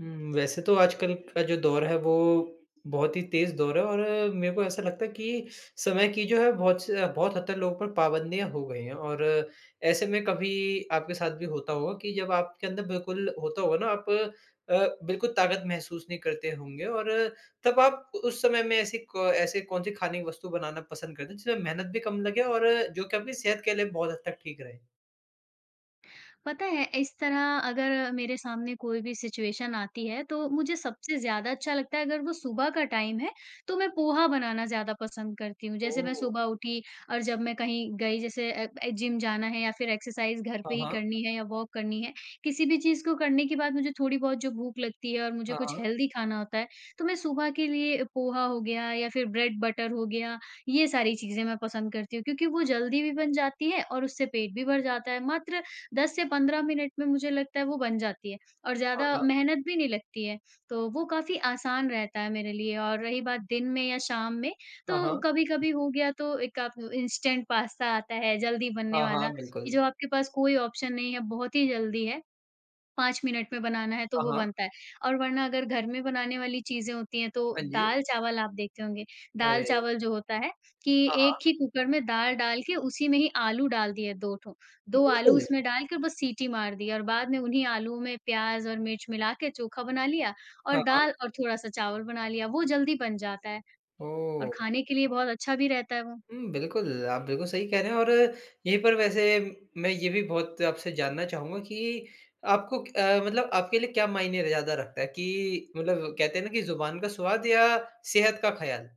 वैसे तो आजकल का जो दौर है वो बहुत ही तेज़ दौर है और मेरे को ऐसा लगता है कि समय की जो है बहुत हद तक लोगों पर पाबंदियाँ हो गई हैं और ऐसे में कभी आपके साथ भी होता होगा कि जब आपके अंदर बिल्कुल होता होगा ना आप बिल्कुल ताकत महसूस नहीं करते होंगे और तब आप उस समय में ऐसी क ऐसे कौन-सी खाने की वस्तु बनाना पसंद करते हैं जिसमें मेहनत भी कम लगे और जो कि आपकी सेहत के लिए बहुत हद तक ठीक रहे? पता है इस तरह अगर मेरे सामने कोई भी सिचुएशन आती है तो मुझे सबसे ज़्यादा अच्छा लगता है अगर वो सुबह का टाइम है तो मैं पोहा बनाना ज़्यादा पसंद करती हूँ। जैसे मैं ओह! सुबह उठी और जब मैं कहीं गई जैसे जिम जाना है या फिर एक्सरसाइज़ घर हाँ, पे ही हाँ। करनी है या वॉक करनी है, किसी भी चीज़ को करने के बाद मुझे थोड़ी बहुत जो भूख लगती है और मुझे हाँ, कुछ हाँ। हेल्दी खाना होता है, तो मैं सुबह के लिए पोहा हो गया या फिर ब्रेड बटर हो गया, ये सारी चीज़ें मैं पसंद करती हूँ क्योंकि वो जल्दी भी बन जाती है और उससे पेट भी भर जाता है। मात्र 10 से 15 मिनट में मुझे लगता है वो बन जाती है और हाँ, ज़्यादा हाँ। मेहनत भी नहीं लगती है, तो वो काफ़ी आसान रहता है मेरे लिए और रही बात दिन में या शाम में, हाँ, तो हाँ। कभी-कभी हो गया तो एक आप इंस्टेंट पास्ता आता है, जल्दी बनने हाँ, हाँ, वाला, बिल्कुल। कि जो आपके पास कोई ऑप्शन नहीं है, बहुत ही जल्दी है, 5 मिनट में बनाना है तो हाँ, वो हाँ। बनता है और वरना अगर घर में बनाने वाली चीज़ें होती हैं तो हाँ जी। दाल-चावल आप देखते होंगे। अरे! दाल-चावल जो होता है कि हाँ, एक ही हाँ। कुकर में दाल डाल के उसी में ही आलू डाल दिए 2 ठो। 2 आलू बिल्कुल। उसमें डाल के बस सीटी मार दी और बाद में उन्हीं आलूओं में प्याज़ और मिर्च मिला के चोखा बना लिया और हाँ, हाँ। दाल और थोड़ा-सा चावल बना लिया। वो जल्दी बन जाता है और ओह! खाने के लिए बहुत अच्छा भी रहता है वो। हुँ, बिल्कुल, आप बिल्कुल सही कह रहे हैं और यहीं पर वैसे मैं ये भी बहुत आपसे जानना चाहूँगा कि आपको मतलब आपके लिए क्या मायने ज़्यादा रखता है कि मतलब कहते हैं ना कि ज़ुबान का स्वाद या सेहत का ख़्याल?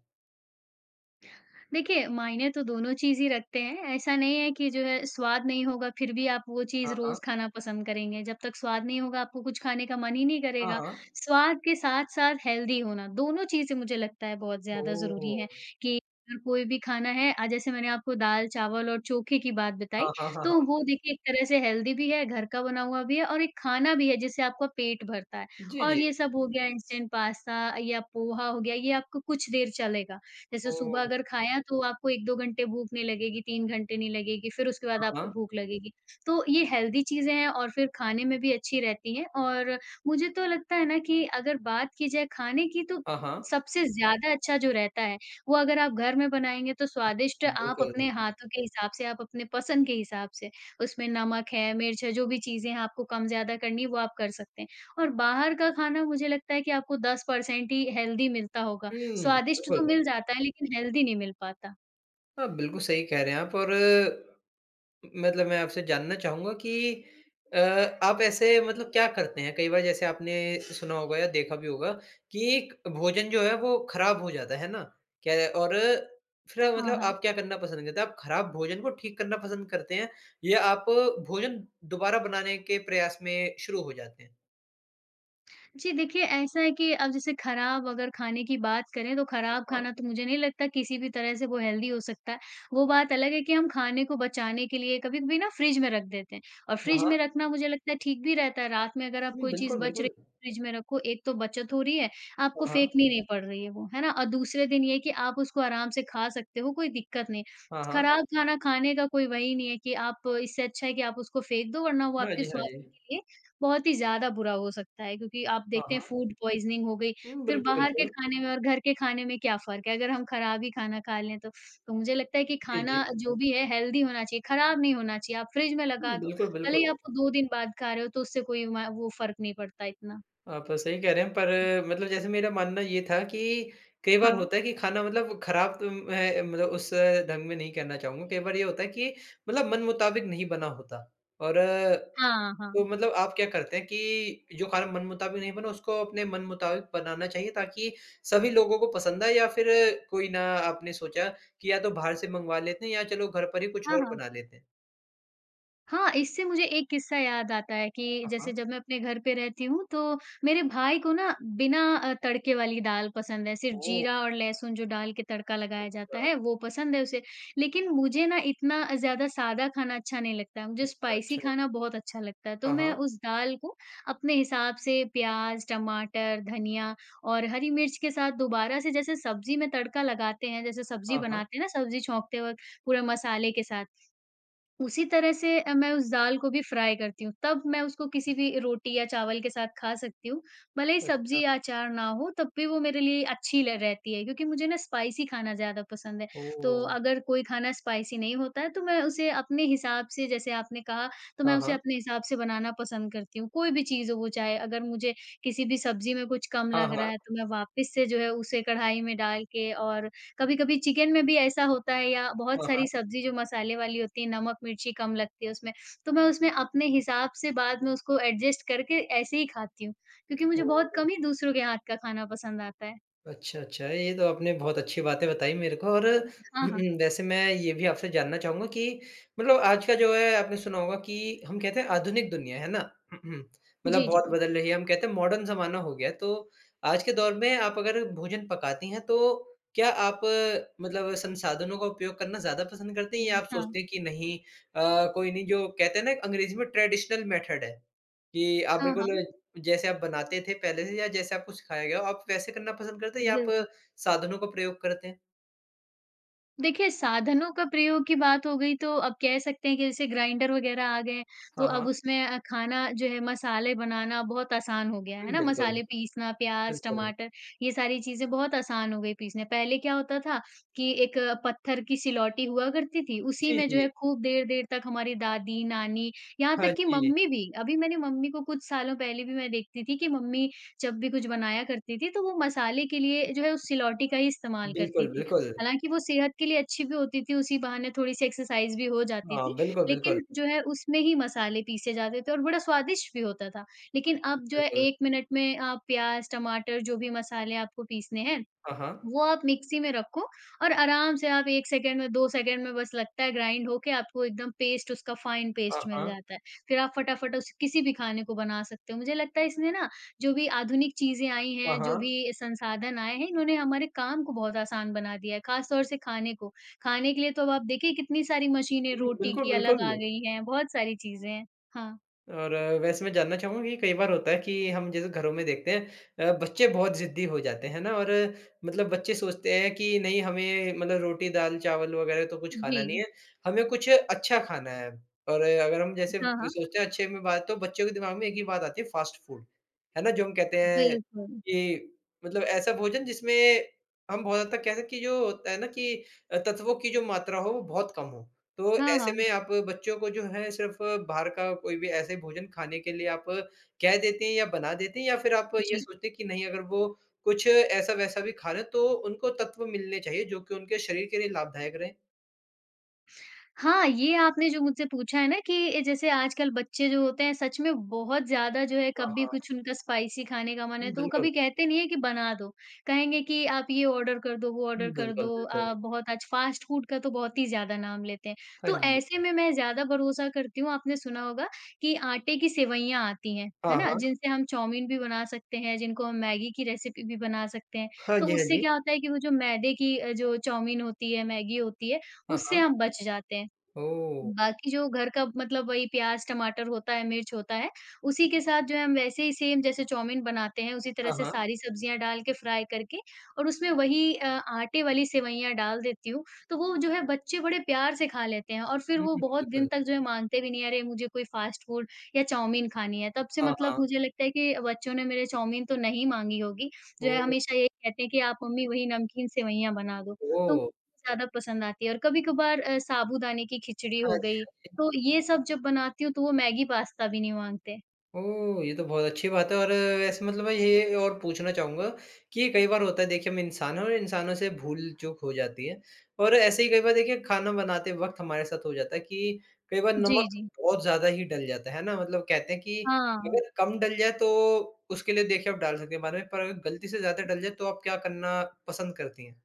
देखिए, मायने तो दोनों चीज़ ही रखते हैं। ऐसा नहीं है कि जो है स्वाद नहीं होगा फिर भी आप वो चीज़ हाँ, हाँ। रोज़ खाना पसंद करेंगे। जब तक स्वाद नहीं होगा आपको कुछ खाने का मन ही नहीं हाँ, करेगा। हाँ। स्वाद के साथ-साथ हेल्दी होना, दोनों चीज़ें मुझे लगता है बहुत ज़्यादा ओह! ज़रूरी हैं कि अगर कोई भी खाना है जैसे मैंने आपको दाल, चावल और चोखे की बात बताई, हाँ, हाँ, हाँ, हाँ। तो वो देखिए एक तरह से हेल्दी भी है, घर का बना हुआ भी है और एक खाना भी है जिससे आपका पेट भरता है। जी, और जी। ये सब हो गया इंस्टेंट पास्ता या पोहा हो गया, ये आपको कुछ देर चलेगा। जैसे सुबह ओह! अगर खाया तो आपको 1-2 घंटे भूख नहीं लगेगी, 3 घंटे नहीं लगेगी, फिर उसके बाद हाँ, आपको हाँ। भूख लगेगी। तो ये हेल्दी चीज़ें हैं और फिर खाने में भी अच्छी रहती हैं और मुझे तो लगता है ना कि अगर बात की जाए खाने की तो हाँ, हाँ। सबसे ज़्यादा अच्छा जो रहता है, वो अगर आप घर में बनाएँगे तो स्वादिष्ट आप बिल्कुल। अपने हाथों के हिसाब से, आप अपने पसंद के हिसाब से, उसमें नमक है, मिर्च है, जो भी चीज़ें हैं आपको कम-ज़्यादा करनी है वो आप कर सकते हैं। और बाहर का खाना मुझे लगता है कि आपको 10% ही हेल्दी मिलता होगा। हुँ, स्वादिष्ट बिल्कुल, तो मिल बिल्कुल। जाता है लेकिन हेल्दी नहीं मिल पाता। हाँ, बिल्कुल सही कह रहे हैं आप और मतलब मैं आपसे जानना चाहूँगा कि अ, आप ऐसे मतलब क्या करते हैं? कई बार जैसे आपने सुना होगा या देखा भी होगा कि एक भोजन जो है वो खराब हो जाता है ना? क्या और फिर हाँ, मतलब हाँ। आप क्या करना पसंद करते हैं? आप खराब भोजन को ठीक करना पसंद करते हैं या आप भोजन दोबारा बनाने के प्रयास में शुरू हो जाते हैं? जी, देखिए ऐसा है कि अब जैसे खराब अगर खाने की बात करें तो हाँ, खराब हाँ। खाना तो मुझे नहीं लगता किसी भी तरह से वो हेल्दी हो सकता है। वो बात अलग है कि हम खाने को बचाने के लिए कभी-कभी ना फ्रिज में रख देते हैं और हाँ, फ्रिज हाँ। में रखना मुझे लगता है ठीक भी रहता है। रात में अगर आप हुँ, कोई बिल्कुल, चीज़ बच बिल्कुल। रही है फ्रिज में रखो, एक तो बचत हो रही है, आपको हाँ, हाँ। फेंकनी नहीं पड़ रही है वो, है ना? और दूसरे दिन ये है कि आप उसको आराम से खा सकते हो, कोई दिक्कत नहीं। हाँ, हाँ। खराब खाना खाने का कोई वही नहीं है कि आप इससे अच्छा है कि आप उसको फेंक दो वरना वो हाँ आपके जी, हाँ जी। स्वास्थ्य के लिए बहुत ही ज़्यादा बुरा हो सकता है क्योंकि आप हाँ, देखते हैं हाँ। फूड पॉइज़निंग हो गई, हुँ, फिर बिल्कुल, बाहर के बिल्कुल। खाने में और घर के खाने में क्या फ़र्क है? अगर हम खराब ही खाना खा लें तो। तो मुझे लगता है कि जी, जी। खाना जो भी है हेल्दी होना चाहिए, खराब नहीं होना चाहिए। आप फ्रिज में हुँ, लगा दो, बिल्कुल, भले बिल्कुल। ही आप वो 2 दिन बाद खा रहे हो तो उससे कोई म वो फ़र्क नहीं पड़ता इतना। आप सही कह रहे हैं पर मतलब जैसे मेरा मानना ये था कि कई बार हाँ। होता है कि खाना मतलब खराब तो मैं मतलब उस ढंग में नहीं कहना चाहूँगा। कई बार ये होता है कि मतलब मन मुताबिक नहीं बना होता और तो हाँ, हाँ। मतलब आप क्या करते हैं कि जो खाना मन मुताबिक नहीं बना उसको अपने मन मुताबिक बनाना चाहिए ताकि सभी लोगों को पसंद आए या फिर कोई ना आपने सोचा कि या तो बाहर से मंगवा लेते हैं या चलो घर पर ही कुछ हाँ, और हाँ। बना लेते हैं? हाँ, इससे मुझे एक किस्सा याद आता है कि हाँ, हाँ। जैसे जब मैं अपने घर पे रहती हूँ, तो मेरे भाई को ना बिना तड़के वाली दाल पसंद है, सिर्फ़ ओह! जीरा और लहसुन जो डाल के तड़का लगाया जाता है, वो पसंद है उसे। लेकिन मुझे ना इतना ज़्यादा सादा खाना अच्छा नहीं लगता है, मुझे अच्छा, स्पाइसी अच्छा, खाना अच्छा। बहुत अच्छा लगता है। तो हाँ, मैं हाँ। उस दाल को अपने हिसाब से प्याज़, टमाटर, धनिया और हरी मिर्च के साथ दोबारा से जैसे सब्ज़ी में तड़का लगाते हैं, जैसे सब्ज़ी हाँ, हाँ। बनाते हैं ना, सब्ज़ी छौंकते वक़्त पूरे मसाले के साथ, उसी तरह से मैं उस दाल को भी फ्राई करती हूँ, तब मैं उसको किसी भी रोटी या चावल के साथ खा सकती हूँ। भले ही अच्छा, सब्ज़ी या अचार ना हो, तब भी वो मेरे लिए अच्छी ल रहती है क्योंकि मुझे ना स्पाइसी खाना ज़्यादा पसंद है। तो ओह! अगर कोई खाना स्पाइसी नहीं होता है, तो मैं उसे अपने हिसाब से जैसे आपने कहा, तो मैं हाँ, उसे हाँ। अपने हिसाब से बनाना पसंद करती हूँ। कोई भी चीज़ हो वो चाहे अगर मुझे किसी भी सब्ज़ी में कुछ कम हाँ, लग रहा हाँ। है, तो मैं वापस से जो है उसे कढ़ाई में डाल के और कभी-कभी चिकन में भी ऐसा होता है या बहुत हाँ, सारी हाँ। सब्ज़ी जो मसाले वाली होती है, नमक, मिर्ची कम लगती है उसमें, तो मैं उसमें अपने हिसाब से बाद में उसको एडजस्ट करके ऐसे ही खाती हूँ, क्योंकि मुझे ओह! बहुत कम ही दूसरों के हाथ का खाना पसंद आता है। अच्छा, अच्छा। ये तो आपने बहुत अच्छी बातें बताई मेरे को और हाँ, हाँ। वैसे मैं ये भी आपसे जानना चाहूँगा कि मतलब आज का जो है आपने सुना होगा कि हम कहते हैं आधुनिक दुनिया, है ना? मतलब जी, जी, बहुत बदल बिल्कुल। रही है, हम कहते हैं मॉडर्न ज़माना हो गया है, तो आज के दौर में आप अगर भोजन पकाती हैं, तो क्या आप मतलब संसाधनों का उपयोग करना ज़्यादा पसंद करती हैं या हुँ, आप हाँ। सोचते हैं कि नहीं कोई नहीं जो कहते हैं ना अंग्रेजी में ट्रेडिशनल मेथड है, कि आप हाँ, हाँ। बिल्कुल जैसे आप बनाते थे पहले से या जैसे आपको सिखाया गया हो, आप वैसे करना पसंद करते हैं या आप बिल्कुल। साधनों का प्रयोग करते हैं? देखिए, साधनों का प्रयोग की बात हो गई तो अब कह सकते हैं कि जैसे ग्राइंडर वग़ैरह आ गए हैं, तो हाँ, अब हाँ। उसमें खाना जो है मसाले बनाना बहुत आसान हो गया है हुँ, ना? बिल्कुल, मसाले पीसना, प्याज़, बिल्कुल। टमाटर ये सारी चीज़ें बहुत आसान हो गई पीसने। पहले क्या होता था कि एक पत्थर की सिलौटी हुआ करती थी, उसी जी, में जी। जो है खूब देर-देर तक हमारी दादी, नानी यहाँ हाँ तक कि जी, मम्मी भी अभी मैंने मम्मी को कुछ सालों पहले भी मैं देखती थी कि मम्मी जब भी कुछ बनाया करती थी, तो वो मसाले के लिए जो है उस सिलौटी का ही इस्तेमाल बिल्कुल, करती थी। बिल्कुल। हालाँकि वो सेहत के लिए अच्छी भी होती थी, उसी बहाने थोड़ी-सी एक्सरसाइज़ भी हो जाती हाँ, थी, बिल्कुल, बिल्कुल। लेकिन जो है उसमें ही मसाले पीसे जाते थे और बड़ा स्वादिष्ट भी होता था। लेकिन अब जो है बिल्कुल। 1 मिनट में आप प्याज़, टमाटर जो भी मसाले आपको पीसने हैं, हाँ, हाँ। वो आप मिक्सी में रखो और आराम से आप 1 सेकंड में, 2 सेकंड में बस लगता है ग्राइंड होके आपको एकदम पेस्ट उसका फाइन हाँ, पेस्ट मिल हाँ। जाता है। फिर आप फटाफट उस किसी भी खाने को बना सकते हो। मुझे लगता है इसने ना जो भी आधुनिक चीज़ें आई हाँ, हैं, जो हाँ। भी संसाधन आए हैं, इन्होंने हमारे काम को बहुत आसान बना दिया है, खास तौर से खाने को। खाने के लिए तो अब आप देखिए कितनी सारी मशीनें हुँ, रोटी बिल्कुल, की अलग आ बिल्कुल। गई हैं, बहुत सारी चीज़ें हैं। हाँ। और वैसे मैं जानना चाहूँगा कि कई बार होता है कि हम जैसे घरों में देखते हैं बच्चे बहुत ज़िद्दी हो जाते हैं ना और मतलब बच्चे सोचते हैं कि नहीं हमें मतलब रोटी दाल-चावल वग़ैरह तो कुछ जी। खाना नहीं है, हमें कुछ अच्छा खाना है। और अगर हम जैसे हाँ, हाँ। सोचते हैं अच्छे में बात तो बच्चों के दिमाग में एक ही बात आती है फ़ास्ट फ़ूड, है ना? जो हम कहते हैं बिल्कुल। कि मतलब ऐसा भोजन जिसमें हम बहुत हद तक कह सकते हैं कि जो होता है ना कि तत्वों की जो मात्रा हो वो बहुत कम हो। तो हाँ, ऐसे हाँ। में आप बच्चों को जो है सिर्फ़ बाहर का कोई भी ऐसे भोजन खाने के लिए आप कह देते हैं या बना देते हैं या फिर आप ये जी। सोचते हैं कि नहीं अगर वो कुछ ऐसा-वैसा भी खा लें तो उनको तत्व मिलने चाहिए जो कि उनके शरीर के लिए लाभदायक रहें? हाँ, ये आपने जो मुझसे पूछा है ना कि ये जैसे आजकल बच्चे जो होते हैं सच में बहुत ज़्यादा जो है हाँ, कभी हाँ। कुछ उनका स्पाइसी खाने का मन है तो वो बिल्कुल। कभी कहते नहीं है कि बना दो। कहेंगे कि आप ये ऑर्डर कर दो, वो ऑर्डर कर बिल्कुल, दो बिल्कुल। बहुत आज फ़ास्ट फ़ूड का तो बहुत ही ज़्यादा नाम लेते हैं। हाँ तो जी। ऐसे में मैं ज़्यादा भरोसा करती हूँ आपने सुना होगा कि आटे की सेवइयाँ आती हैं, हाँ, है ना? हाँ। जिनसे हम चाउमीन भी बना सकते हैं, जिनको हम मैगी की रेसिपी भी बना सकते हैं। हाँ तो जी, हाँ उससे जी। क्या होता है कि वो जो मैदे की जो चाउमीन होती है, मैगी होती है, हाँ, उससे हाँ। हम बच जाते हैं। ओह! बाकी जो घर का मतलब वही प्याज़, टमाटर होता है, मिर्च होता है, उसी के साथ जो है हम वैसे ही सेम जैसे चाउमीन बनाते हैं, उसी हाँ, तरह से हाँ। सारी सब्जियाँ डाल के फ्राई करके और उसमें वही आटे वाली सेवइयाँ डाल देती हूँ। तो वो जो है बच्चे बड़े प्यार से खा लेते हैं और फिर हुँ, वो बहुत दिन बिल्कुल। तक जो है माँगते भी नहीं, "अरे! मुझे कोई फ़ास्ट फ़ूड या चाउमीन खानी है।" तब से हाँ, मतलब हाँ। मुझे लगता है कि बच्चों ने मेरे चाउमीन तो नहीं माँगी होगी, जो है ओह! हमेशा यही कहते हैं कि, "आप मम्मी वही नमकीन सेवइयाँ बना दो।" तो ओह! ज़्यादा पसंद आती है और कभी-कभार साबूदाने की खिचड़ी हाँ हो जी, गई, हाँ जी। तो ये सब जब बनाती हूँ तो वो मैगी पास्ता भी नहीं माँगते। ओह! ये तो बहुत अच्छी बात है और ऐसे मतलब मैं ये और पूछना चाहूँगा कि कई बार होता है देखिए हम इंसान हैं और इंसानों से भूल-चूक हो जाती है और ऐसे ही कई बार देखिए खाना बनाते वक़्त हमारे साथ हो जाता है कि कई बार जी, नमक जी। बहुत ज़्यादा ही डल जाता है ना? मतलब कहते हैं कि हाँ। अगर कम डल जाए तो उसके लिए देखिए आप डाल सकते हैं बाद में, पर अगर गलती से ज़्यादा डल जाए तो आप क्या करना पसंद करती हैं?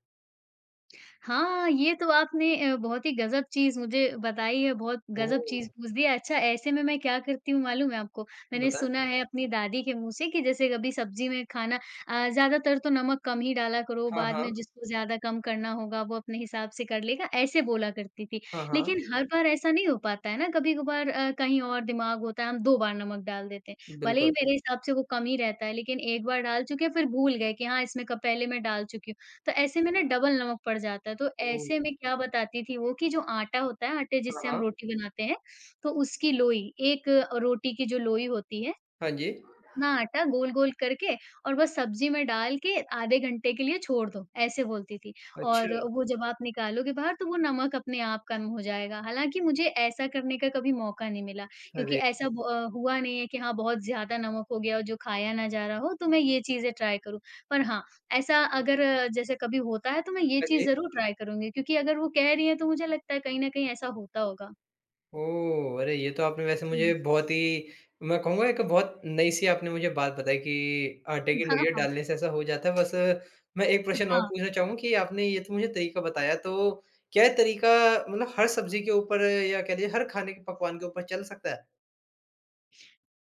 हाँ, ये तो आपने बहुत ही गज़ब चीज़ मुझे बताई है, बहुत गज़ब चीज़ ओह! पूछ दी है। अच्छा, ऐसे में मैं क्या करती हूँ मालूम है आपको? मैंने बताएँ। सुना है अपनी दादी के मुँह से कि जैसे कभी सब्ज़ी में खाना ज़्यादातर तो नमक कम ही डाला करो, हाँ, बाद में हाँ। जिसको ज़्यादा कम करना होगा वो अपने हिसाब से कर लेगा, ऐसे बोला करती थी। हाँ, हाँ। लेकिन हर बार ऐसा नहीं हो पाता है ना, कभी-कभार कहीं और दिमाग होता है, हम 2 बार नमक डाल देते हैं। भले ही बिल्कुल। मेरे हिसाब से वो कम ही रहता है, लेकिन एक बार डाल चुके हैं, फिर भूल गए कि हाँ, इसमें क पहले मैं डाल चुकी हूँ। तो ऐसे में ना डबल नमक पड़ जाता है, तो ओह! ऐसे में क्या बताती थी वो कि जो आटा होता है, आटे हाँ, जिससे हम हाँ। रोटी बनाते हैं, तो उसकी लोई, 1 रोटी की जो लोई होती है, हाँ जी। ना आटा गोल-गोल करके और बस सब्ज़ी में डाल के आधे घंटे के लिए छोड़ दो, ऐसे बोलती थी। अच्छा। और वो जब आप निकालोगे बाहर तो वो नमक अपने आप कम हो जाएगा। हालाँकि मुझे ऐसा करने का कभी मौका नहीं मिला क्योंकि अरे! हुआ नहीं है कि हाँ, बहुत ज़्यादा नमक हो गया हो जो खाया ना जा रहा हो, तो मैं ये चीज़ें ट्राई करूँ। पर हाँ, ऐसा अगर जैसे कभी होता है तो मैं ये हाँ चीज़ जी। ज़रूर ट्राई करूँगी क्योंकि अगर वो कह रही हैं तो मुझे लगता है कहीं न कहीं ऐसा होता होगा। ओह! अरे ये तो आपने वैसे जी। मुझे बहुत ही मैं कहूँगा एक बहुत नई सी आपने मुझे बात बताई कि आटे की हाँ, लोइयाँ हाँ। डालने से ऐसा हो जाता है। बस मैं एक प्रश्न और हाँ। पूछना चाहूँगा कि आपने ये तो मुझे तरीका बताया तो क्या ये तरीका मतलब हर सब्ज़ी के ऊपर या कह लीजिए हर खाने के पकवान के ऊपर चल सकता है?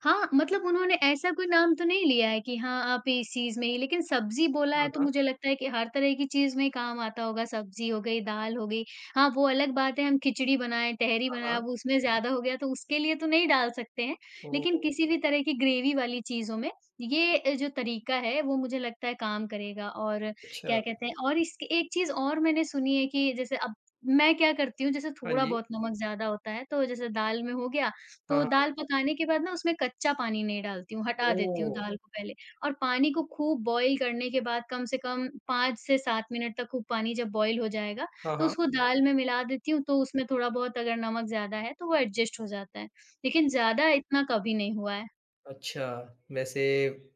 हाँ, मतलब उन्होंने ऐसा कोई नाम तो नहीं लिया है कि हाँ, आप इस चीज़ में ही लेकिन सब्ज़ी बोला हाँ, है तो हाँ। मुझे लगता है कि हर तरह की चीज़ में काम आता होगा, सब्ज़ी हो गई, दाल हो गई। हाँ, वो अलग बात है हम खिचड़ी बनाएँ, तहरी हाँ, बनाएँ, हाँ। अब उसमें ज़्यादा हो गया तो उसके लिए तो नहीं डाल सकते हैं। ओह! लेकिन किसी भी तरह की ग्रेवी वाली चीज़ों में ये जो तरीका है वो मुझे लगता है काम करेगा और अच्छा। क्या कहते हैं और इसकी एक चीज़ और मैंने सुनी है कि जैसे अब मैं क्या करती हूँ जैसे हाँ थोड़ा जी। बहुत नमक ज़्यादा होता है तो जैसे दाल में हो गया हाँ, तो हाँ। दाल पकाने के बाद ना उसमें कच्चा पानी नहीं डालती हूँ, हटा देती हूँ ओह! दाल को पहले और पानी को खूब बॉयल करने के बाद कम से कम 5 से 7 मिनट तक खूब पानी जब बॉयल हो जाएगा, हाँ, तो हाँ। उसको दाल में मिला देती हूँ, तो उसमें थोड़ा बहुत अगर नमक ज़्यादा है, तो वो एडजस्ट हो जाता है। लेकिन ज़्यादा इतना कभी नहीं हुआ है। अच्छा, वैसे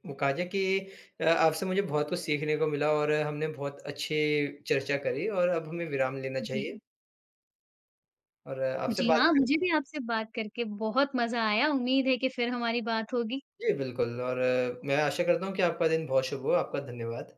वो कहा जाए कि आपसे मुझे बहुत कुछ सीखने को मिला और हमने बहुत अच्छी चर्चा करी और अब हमें विराम लेना जी। चाहिए और आपसे जी बात हाँ, कर मुझे भी आपसे बात करके बहुत मज़ा आया। उम्मीद है कि फिर हमारी बात होगी। जी, बिल्कुल और मैं आशा करता हूँ कि आपका दिन बहुत शुभ हो। आपका धन्यवाद।